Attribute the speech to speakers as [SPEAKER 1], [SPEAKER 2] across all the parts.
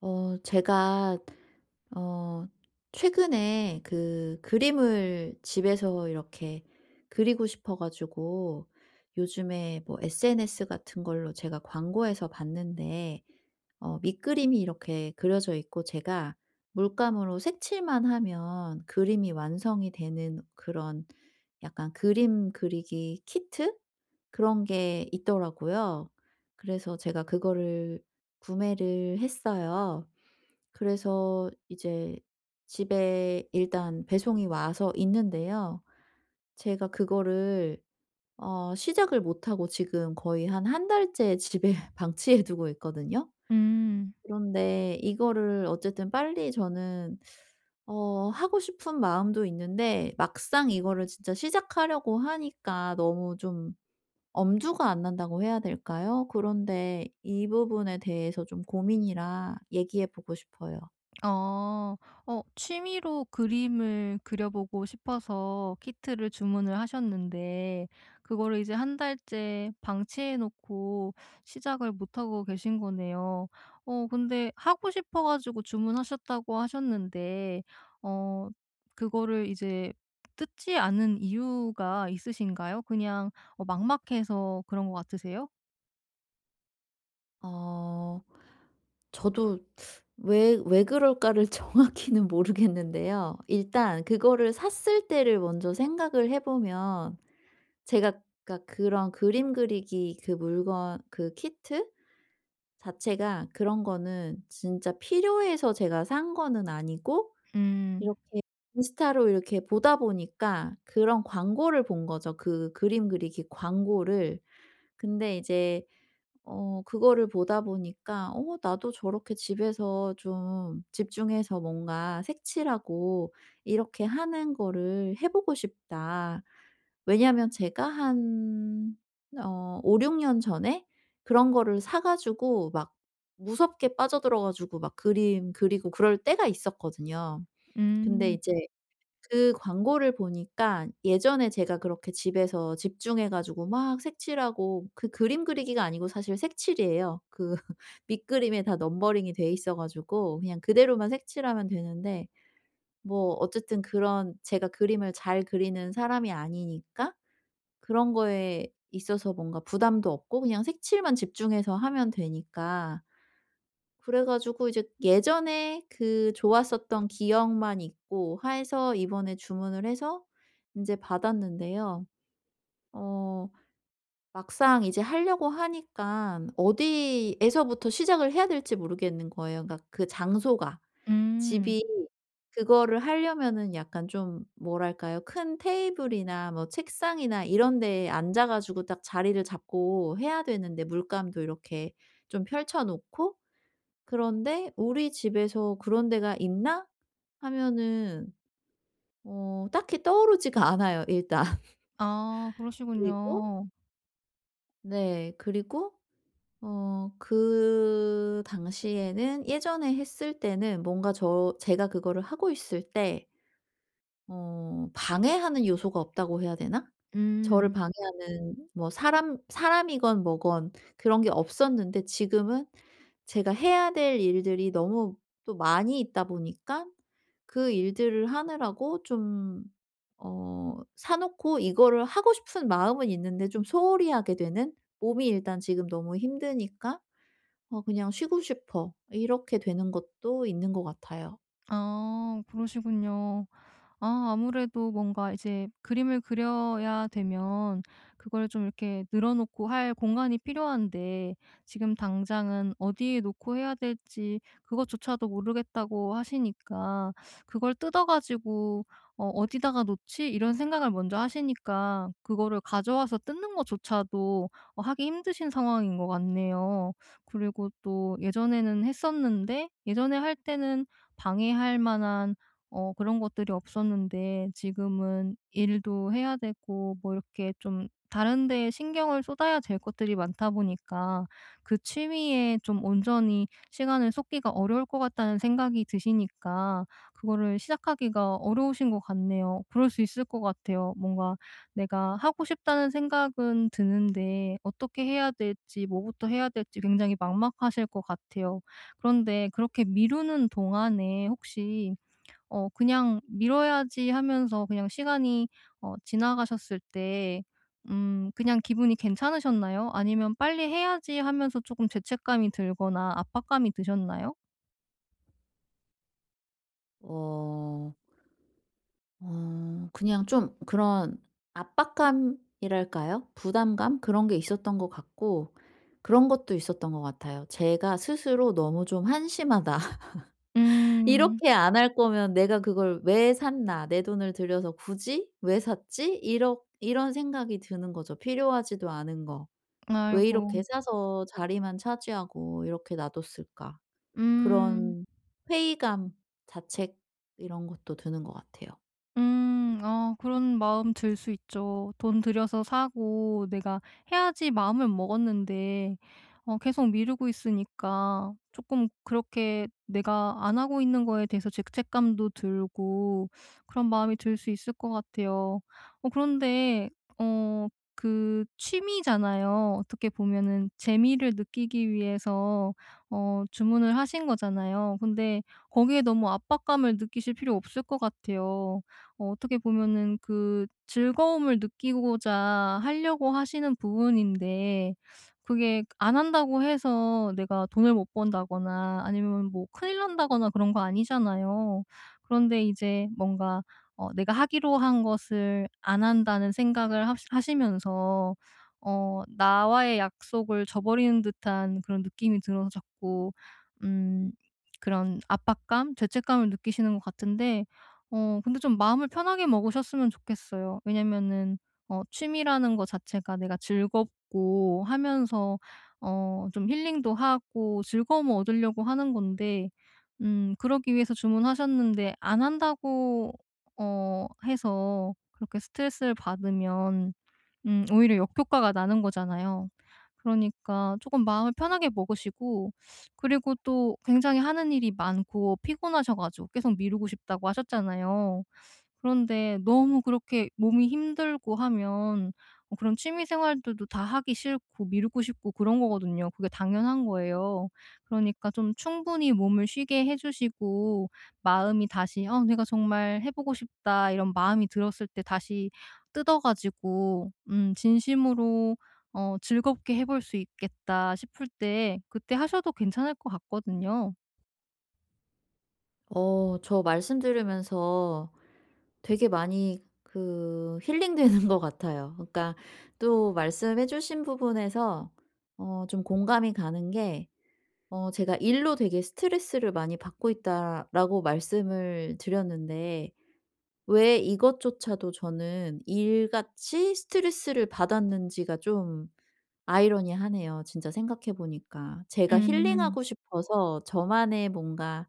[SPEAKER 1] 제가 어 최근에 그 그림을 집에서 이렇게 그리고 싶어 가지고, 요즘에 뭐 SNS 같은 걸로 제가 광고에서 봤는데, 밑그림이 이렇게 그려져 있고 제가 물감으로 색칠만 하면 그림이 완성이 되는 그런, 약간 그림 그리기 키트, 그런 게 있더라고요. 그래서 제가 그거를 구매를 했어요. 그래서 이제 집에 일단 배송이 와서 있는데요. 제가 그거를 시작을 못 하고 지금 거의 한 한 달째 집에 방치해 두고 있거든요.
[SPEAKER 2] 음.
[SPEAKER 1] 그런데 이거를 어쨌든 빨리 저는 하고 싶은 마음도 있는데, 막상 이거를 진짜 시작하려고 하니까 너무 좀 엄두가 안 난다고 해야 될까요? 그런데 이 부분에 대해서 좀 고민이라 얘기해 보고 싶어요.
[SPEAKER 2] 어. 취미로 그림을 그려보고 싶어서 키트를 주문을 하셨는데 그거를 이제 한 달째 방치해 놓고 시작을 못 하고 계신 거네요. 근데 하고 싶어 가지고 주문하셨다고 하셨는데, 어 그거를 이제 뜯지 않은 이유가 있으신가요? 그냥 막막해서 그런 것 같으세요?
[SPEAKER 1] 어 저도 왜 그럴까를 정확히는 모르겠는데요. 일단 그거를 샀을 때를 먼저 생각을 해 보면, 제가 그러니까 그런 그림 그리기 그 물건 그 키트 자체가, 그런 거는 진짜 필요해서 제가 산 거는 아니고,
[SPEAKER 2] 음.
[SPEAKER 1] 이렇게 인스타로 이렇게 보다 보니까 그런 광고를 본 거죠, 그 그림 그리기 광고를. 근데 이제 그거를 보다 보니까, '어 나도 저렇게 집에서 좀 집중해서 뭔가 색칠하고 이렇게 하는 거를 해 보고 싶다.' 왜냐하면 제가 한 5-6년 전에 그런 거를 사 가지고 막 무섭게 빠져들어 가지고 막 그림 그리고 그럴 때가 있었거든요. 근데
[SPEAKER 2] 음.
[SPEAKER 1] 이제 그 광고를 보니까, 예전에 제가 그렇게 집에서 집중해 가지고 막 색칠하고, 그 그림 그리기가 아니고 사실 색칠이에요. 그 밑그림에 다 넘버링이 돼 있어 가지고 그냥 그대로만 색칠하면 되는데, 뭐 어쨌든 그런, 제가 그림을 잘 그리는 사람이 아니니까 그런 거에 있어서 뭔가 부담도 없고 그냥 색칠만 집중해서 하면 되니까, 그래 가지고 이제 예전에 그 좋았었던 기억만 있고 해서 이번에 주문을 해서 이제 받았는데요. 어 막상 이제 하려고 하니까 어디에서부터 시작을 해야 될지 모르겠는 거예요. 그러니까 그 장소가.
[SPEAKER 2] 음.
[SPEAKER 1] 집이 그거를 하려면은, 약간 좀 뭐랄까요? 큰 테이블이나 뭐 책상이나 이런 데에 앉아 가지고 딱 자리를 잡고 해야 되는데, 물감도 이렇게 좀 펼쳐 놓고. 그런데 '우리 집에서 그런 데가 있나?' 하면은 딱히 떠오르지가 않아요 일단.
[SPEAKER 2] 아,
[SPEAKER 1] 그리고
[SPEAKER 2] 그러시군요.
[SPEAKER 1] 네, 그리고 그 당시에는, 예전에 했을 때는, 뭔가 제가 그거를 하고 있을 때, 방해하는 요소가 없다고 해야 되나? 저를
[SPEAKER 2] 음.
[SPEAKER 1] 방해하는, 뭐 사람이건 뭐건 그런 게 없었는데, 지금은 제가 해야 될 일들이 너무 또 많이 있다 보니까, 그 일들을 하느라고 좀, 사 놓고 이거를 하고 싶은 마음은 있는데 좀 소홀히 하게 되는. 몸이 일단 지금 너무 힘드니까 '그냥 쉬고 싶어.' 이렇게 되는 것도 있는 것 같아요.
[SPEAKER 2] 아, 그러시군요. 아, 아무래도 뭔가 이제 그림을 그려야 되면 그걸 좀 이렇게 늘어놓고 할 공간이 필요한데, 지금 당장은 어디에 놓고 해야 될지 그것조차도 모르겠다고 하시니까, 그걸 뜯어 가지고 '어디다가 놓지?' 이런 생각을 먼저 하시니까 그거를 가져와서 뜯는 것조차도 하기 힘드신 상황인 것 같네요. 그리고 또 예전에는 했었는데, 예전에 할 때는 방해할 만한 그런 것들이 없었는데, 지금은 일도 해야 되고 뭐 이렇게 좀 다른 데에 신경을 쏟아야 될 것들이 많다 보니까 그 취미에 좀 온전히 시간을 쏟기가 어려울 것 같다는 생각이 드시니까 그거를 시작하기가 어려우신 것 같네요. 그럴 수 있을 것 같아요. 뭔가 내가 하고 싶다는 생각은 드는데 어떻게 해야 될지, 뭐부터 해야 될지 굉장히 막막하실 것 같아요. 그런데 그렇게 미루는 동안에 혹시 그냥 미뤄야지 하면서 그냥 시간이 지나가셨을 때 그냥 기분이 괜찮으셨나요? 아니면 '빨리 해야지.' 하면서 조금 죄책감이 들거나 압박감이 드셨나요?
[SPEAKER 1] 어. 그냥 좀 그런 압박감이랄까요? 부담감? 그런 게 있었던 것 같고, 그런 것도 있었던 것 같아요. 제가 스스로 너무 좀 '한심하다.
[SPEAKER 2] 음.
[SPEAKER 1] 이렇게 안 할 거면 내가 그걸 왜 샀나. 내 돈을 들여서 굳이 왜 샀지?' 이러 이런 생각이 드는 거죠. 필요하지도 않은 거. '왜
[SPEAKER 2] 아이고.
[SPEAKER 1] 이렇게 사서 자리만 차지하고 이렇게 놔뒀을까.'
[SPEAKER 2] 음.
[SPEAKER 1] 그런 회의감, 자책, 이런 것도 드는 것 같아요.
[SPEAKER 2] 음. 아, 그런 마음 들 수 있죠. 돈 들여서 사고 내가 해야지 마음을 먹었는데 계속 미루고 있으니까 조금 그렇게 내가 안 하고 있는 거에 대해서 죄책감도 들고 그런 마음이 들 수 있을 것 같아요. 그런데 어 그 취미잖아요. 어떻게 보면은 재미를 느끼기 위해서 주문을 하신 거잖아요. 근데 거기에 너무 압박감을 느끼실 필요 없을 것 같아요. 어떻게 보면은 그 즐거움을 느끼고자 하려고 하시는 부분인데, 그게 안 한다고 해서 내가 돈을 못 번다거나, 아니면 뭐 큰일 난다거나 그런 거 아니잖아요. 그런데 이제 뭔가 내가 하기로 한 것을 안 한다는 생각을 하시면서 나와의 약속을 저버리는 듯한 그런 느낌이 들어서 자꾸 음 그런 압박감, 죄책감을 느끼시는 것 같은데, 근데 좀 마음을 편하게 먹으셨으면 좋겠어요. 왜냐면은 취미라는 거 자체가 내가 즐겁고 하면서 좀 힐링도 하고 즐거움을 얻으려고 하는 건데, 그러기 위해서 주문하셨는데 안 한다고 해서 그렇게 스트레스를 받으면 오히려 역효과가 나는 거잖아요. 그러니까 조금 마음을 편하게 먹으시고, 그리고 또 굉장히 하는 일이 많고 피곤하셔 가지고 계속 미루고 싶다고 하셨잖아요. 그런데 너무 그렇게 몸이 힘들고 하면 그런 취미 생활들도 다 하기 싫고 미루고 싶고 그런 거거든요. 그게 당연한 거예요. 그러니까 좀 충분히 몸을 쉬게 해 주시고, 마음이 다시 '내가 정말 해 보고 싶다.' 이런 마음이 들었을 때 다시 뜯어 가지고 진심으로 즐겁게 해볼 수 있겠다 싶을 때, 그때 하셔도 괜찮을 것 같거든요.
[SPEAKER 1] 저 말씀 들으면서 되게 많이 그 힐링되는 것 같아요. 그러니까 또 말씀해 주신 부분에서 좀 공감이 가는 게, 제가 "일로 되게 스트레스를 많이 받고 있다."라고 말씀을 드렸는데, 왜 이것조차도 저는 일같이 스트레스를 받았는지가 좀 아이러니하네요, 진짜 생각해 보니까. 제가
[SPEAKER 2] 음.
[SPEAKER 1] 힐링하고 싶어서 저만의 뭔가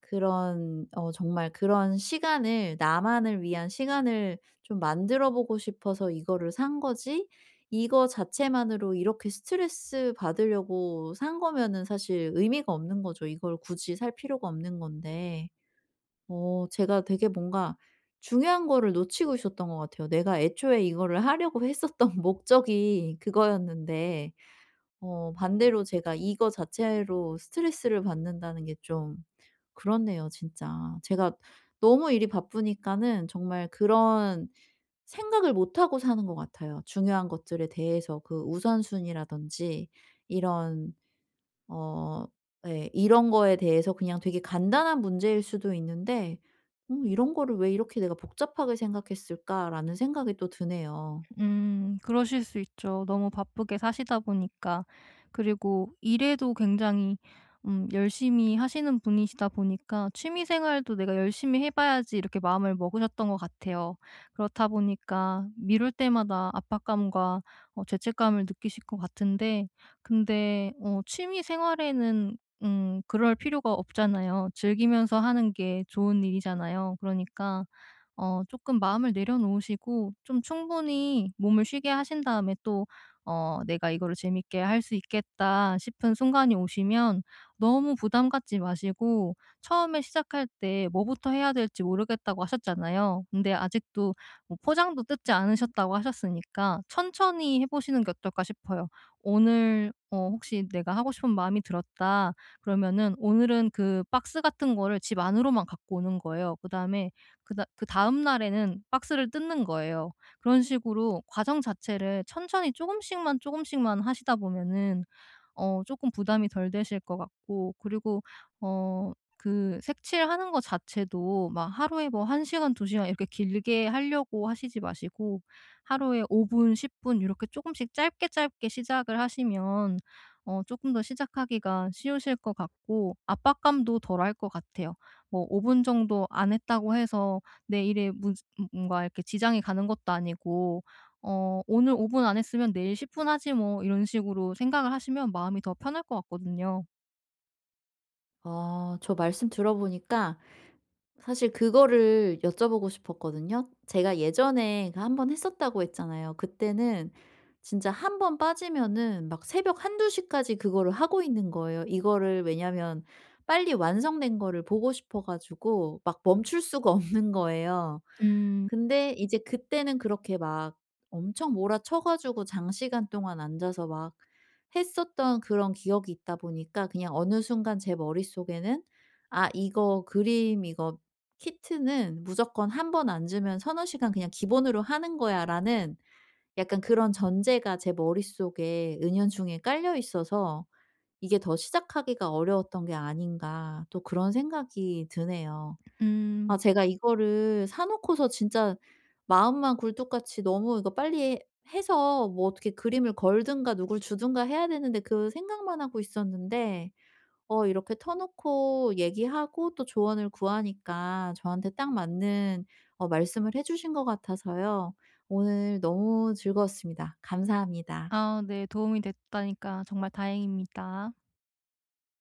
[SPEAKER 1] 그런, 정말 그런 시간을, 나만을 위한 시간을 좀 만들어 보고 싶어서 이거를 산 거지, 이거 자체만으로 이렇게 스트레스 받으려고 산 거면은 사실 의미가 없는 거죠. 이걸 굳이 살 필요가 없는 건데. 제가 되게 뭔가 중요한 거를 놓치고 있었던 것 같아요. 내가 애초에 이거를 하려고 했었던 목적이 그거였는데, 반대로 제가 이거 자체로 스트레스를 받는다는 게좀 그렇네요, 진짜. 제가 너무 일이 바쁘니까는 정말 그런 생각을 못 하고 사는 것 같아요, 중요한 것들에 대해서. 그 우선순위라든지 이런, 어 예, 이런 거에 대해서 그냥, 되게 간단한 문제일 수도 있는데, '어 이런 거를 왜 이렇게 내가 복잡하게 생각했을까?'라는 생각이 또 드네요.
[SPEAKER 2] 그러실 수 있죠. 너무 바쁘게 사시다 보니까. 그리고 일에도 굉장히 열심히 하시는 분이시다 보니까 '취미 생활도 내가 열심히 해 봐야지.' 이렇게 마음을 먹으셨던 것 같아요. 그렇다 보니까 미룰 때마다 압박감과 죄책감을 느끼실 것 같은데, 근데 취미 생활에는 그럴 필요가 없잖아요. 즐기면서 하는 게 좋은 일이잖아요. 그러니까 조금 마음을 내려놓으시고 좀 충분히 몸을 쉬게 하신 다음에, 또 '내가 이거를 재밌게 할 수 있겠다.' 싶은 순간이 오시면 너무 부담 갖지 마시고, 처음에 시작할 때 뭐부터 해야 될지 모르겠다고 하셨잖아요. 근데 아직도 뭐 포장도 뜯지 않으셨다고 하셨으니까 천천히 해 보시는 게 어떨까 싶어요. 오늘 혹시 '내가 하고 싶은 마음이 들었다.' 그러면은 오늘은 그 박스 같은 거를 집 안으로만 갖고 오는 거예요. 그다음에 그다음 날에는 박스를 뜯는 거예요. 그런 식으로 과정 자체를 천천히 조금씩만 조금씩만 하시다 보면은 어쪼 부담이 덜 되실 것 같고, 그리고 어 그 색칠하는 것 자체도 막 하루에 뭐 1 시간, 2 시간 이렇게 길게 하려고 하시지 마시고, 하루에 5 분, 10분이렇게 조금씩 짧게 짧게 시작을 하시면 어금더 시작하기가 쉬우실 것 같고 압박감도 덜할 것 같아요. 뭐 5분 정도 안 했다고 해서 내 일에 무 뭔가 이렇게 지장이 가는 것도 아니고, '오늘 5분 안 했으면 내일 10분 하지 뭐.' 이런 식으로 생각을 하시면 마음이 더 편할 것 같거든요.
[SPEAKER 1] 저 말씀 들어 보니까, 사실 그거를 여쭤보고 싶었거든요. 제가 예전에 그 한 번 했었다고 했잖아요. 그때는 진짜 한 번 빠지면은 막 새벽 한두 시까지 그거를 하고 있는 거예요. 이거를, 왜냐면 빨리 완성된 거를 보고 싶어 가지고 막 멈출 수가 없는 거예요.
[SPEAKER 2] 음.
[SPEAKER 1] 근데 이제 그때는 그렇게 막 엄청 몰아쳐 가지고 장시간 동안 앉아서 막 했었던 그런 기억이 있다 보니까, 그냥 어느 순간 제 머릿속에는 '아 이거 그림 이거 키트는 무조건 한 번 앉으면 서너 시간 그냥 기본으로 하는 거야.'라는, 약간 그런 전제가 제 머릿속에 은연중에 깔려 있어서 '이게 더 시작하기가 어려웠던 게 아닌가.' 또 그런 생각이 드네요. 아
[SPEAKER 2] 음.
[SPEAKER 1] 제가 이거를 사 놓고서 진짜 마음만 굴뚝같이 너무 이거 빨리 해서 뭐 어떻게 그림을 걸든가 누굴 주든가 해야 되는데 그 생각만 하고 있었는데, 이렇게 터 놓고 얘기하고 또 조언을 구하니까 저한테 딱 맞는 말씀을 해 주신 것 같아서요. 오늘 너무 즐거웠습니다. 감사합니다.
[SPEAKER 2] 아, 네. 도움이 됐다니까 정말 다행입니다.